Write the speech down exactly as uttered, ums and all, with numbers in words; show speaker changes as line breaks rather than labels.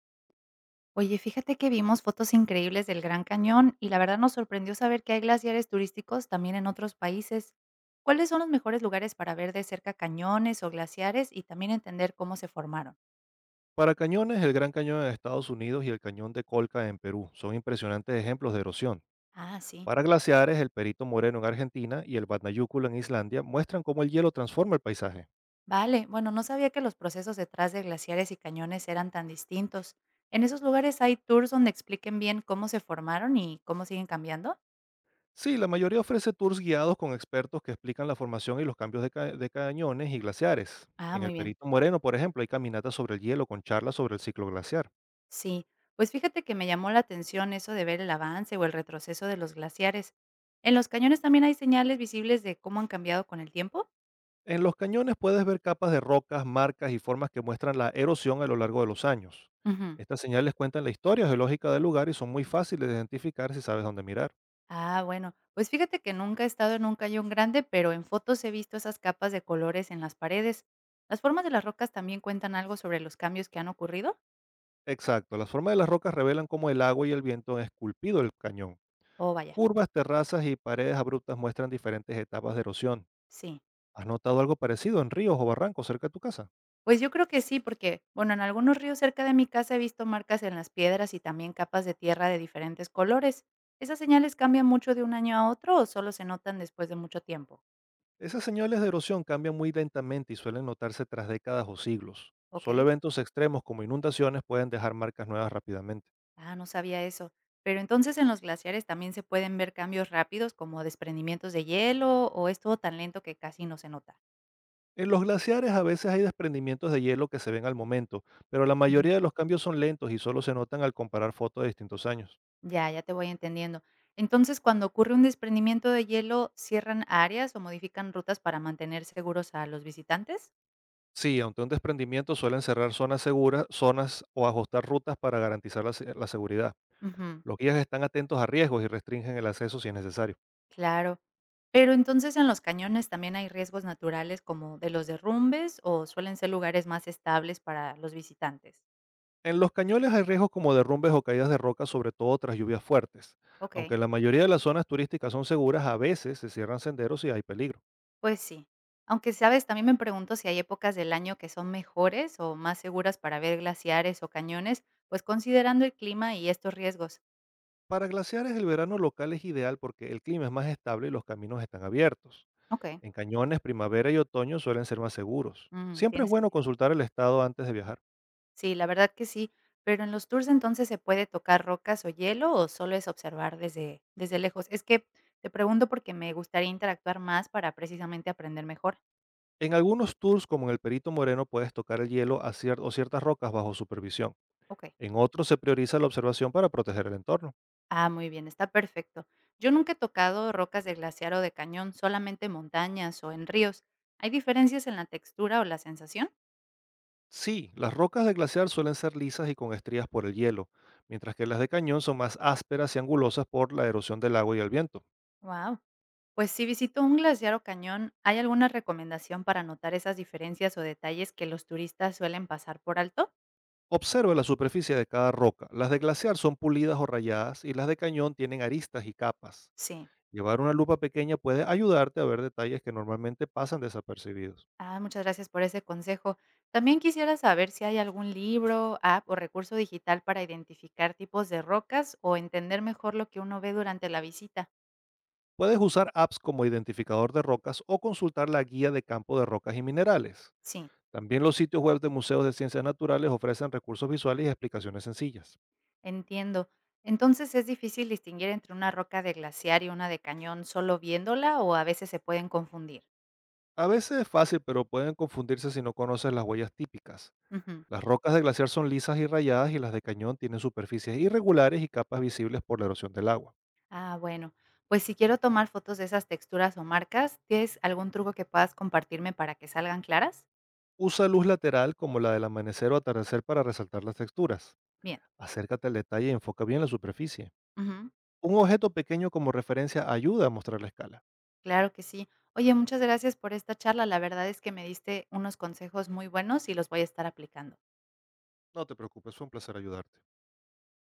Oye, fíjate que vimos fotos increíbles del Gran Cañón y la verdad nos sorprendió saber que hay glaciares turísticos también en otros países. ¿Cuáles son los mejores lugares para ver de cerca cañones o glaciares y también entender cómo se formaron?
Para cañones, el Gran Cañón en Estados Unidos y el Cañón de Colca en Perú son impresionantes ejemplos de erosión.
Ah, sí.
Para glaciares, el Perito Moreno en Argentina y el Vatnajökull en Islandia muestran cómo el hielo transforma el paisaje.
Vale, bueno, no sabía que los procesos detrás de glaciares y cañones eran tan distintos. ¿En esos lugares hay tours donde expliquen bien cómo se formaron y cómo siguen cambiando?
Sí, la mayoría ofrece tours guiados con expertos que explican la formación y los cambios de, ca- de cañones y glaciares.
Ah,
En el
muy bien.
Perito Moreno, por ejemplo, hay caminatas sobre el hielo con charlas sobre el ciclo glaciar.
Sí, pues fíjate que me llamó la atención eso de ver el avance o el retroceso de los glaciares. ¿En los cañones también hay señales visibles de cómo han cambiado con el tiempo?
En los cañones puedes ver capas de rocas, marcas y formas que muestran la erosión a lo largo de los años.
Ujú.
Estas señales cuentan la historia geológica del lugar y son muy fáciles de identificar si sabes dónde mirar.
Ah, bueno, pues fíjate que nunca he estado en un cañón grande, pero en fotos he visto esas capas de colores en las paredes. ¿Las formas de las rocas también cuentan algo sobre los cambios que han ocurrido?
Exacto, las formas de las rocas revelan cómo el agua y el viento han esculpido el cañón.
Oh, vaya,
Curvas, terrazas y paredes abruptas muestran diferentes etapas de erosión.
sí.
¿Has notado algo parecido en ríos o barrancos cerca de tu casa?
Pues yo creo que sí, porque, bueno, en algunos ríos cerca de mi casa he visto marcas en las piedras y también capas de tierra de diferentes colores. ¿Esas señales cambian mucho de un año a otro o solo se notan después de mucho tiempo?
Esas señales de erosión cambian muy lentamente y suelen notarse tras décadas o siglos.
Ok.
Solo eventos extremos como inundaciones pueden dejar marcas nuevas rápidamente.
Ah, no sabía eso. Pero entonces en los glaciares también se pueden ver cambios rápidos como desprendimientos de hielo o es todo tan lento que casi no se nota.
En los glaciares a veces hay desprendimientos de hielo que se ven al momento, pero la
Ujú.
mayoría de los cambios son lentos y solo se notan al comparar fotos de distintos años.
Ya, ya te voy entendiendo. Entonces, cuando ocurre un desprendimiento de hielo, ¿cierran áreas o modifican rutas para mantener seguros a los visitantes?
Sí, aunque un desprendimiento suelen cerrar zonas seguras, zonas o ajustar rutas para garantizar la, se- la seguridad.
Ujú.
Los guías están atentos a riesgos y restringen el acceso si es necesario.
Claro. Pero entonces en los cañones también hay riesgos naturales como de los derrumbes o suelen ser lugares más estables para los visitantes.
En los cañones hay riesgos como derrumbes o caídas de roca, sobre todo tras lluvias fuertes.
Ok,
Aunque la mayoría de las zonas turísticas son seguras, a veces se cierran senderos y hay peligro.
pues sí. Aunque sabes, también me pregunto si hay épocas del año que son mejores o más seguras para ver glaciares o cañones, pues considerando el clima y estos riesgos.
Para glaciares el verano local es ideal porque el clima es más estable y los caminos están abiertos.
Ok,
En cañones, primavera y otoño suelen ser más seguros.
mm,
Siempre
tiene
es bueno
sentido.
consultar el estado antes de viajar.
Sí, la verdad que sí. Pero en los tours, entonces, ¿se puede tocar rocas o hielo o solo es observar desde, desde lejos? Es que te pregunto porque me gustaría interactuar más para precisamente aprender mejor.
En algunos tours, como en el Perito Moreno, puedes tocar el hielo a cier- o ciertas rocas bajo supervisión.
Ok.
En otros se prioriza la observación para proteger el entorno.
Ah, muy bien, está perfecto. Yo nunca he tocado rocas de glaciar o de cañón, solamente montañas o en ríos. ¿Hay diferencias en la textura o la sensación?
Sí, las rocas de glaciar suelen ser lisas y con estrías por el hielo, mientras que las de cañón son más ásperas y angulosas por la erosión del agua y el viento.
Wow. Pues si visito un glaciar o cañón, ¿hay alguna recomendación para notar esas diferencias o detalles que los turistas suelen pasar por alto?
Observa la superficie de cada roca. Las de glaciar son pulidas o rayadas y las de cañón tienen aristas y capas.
Sí.
Llevar una lupa pequeña puede ayudarte a ver detalles que normalmente pasan desapercibidos.
Ah, muchas gracias por ese consejo. También quisiera saber si hay algún libro, app o recurso digital para identificar tipos de rocas o entender mejor lo que uno ve durante la visita.
Puedes usar apps como identificador de rocas o consultar la guía de campo de rocas y minerales.
Sí,
También los sitios web de museos de ciencias naturales ofrecen recursos visuales y explicaciones sencillas.
entiendo. Entonces, ¿es difícil distinguir entre una roca de glaciar y una de cañón solo viéndola o a veces se pueden confundir?
A veces es fácil, pero pueden confundirse si no conoces las huellas típicas.
Ujú.
Las rocas de glaciar son lisas y rayadas y las de cañón tienen superficies irregulares y capas visibles por la erosión del agua.
Ah, bueno. Pues si quiero tomar fotos de esas texturas o marcas, ¿tienes algún truco que puedas compartirme para que salgan claras?
Usa luz lateral como la del amanecer o atardecer para resaltar las texturas.
Bien.
Acércate al detalle y enfoca bien la superficie.
Ujú.
Un objeto pequeño como referencia ayuda a mostrar la escala.
Claro que sí. Oye, muchas gracias por esta charla. La verdad es que me diste unos consejos muy buenos y los voy a estar aplicando.
No te preocupes, fue un placer ayudarte.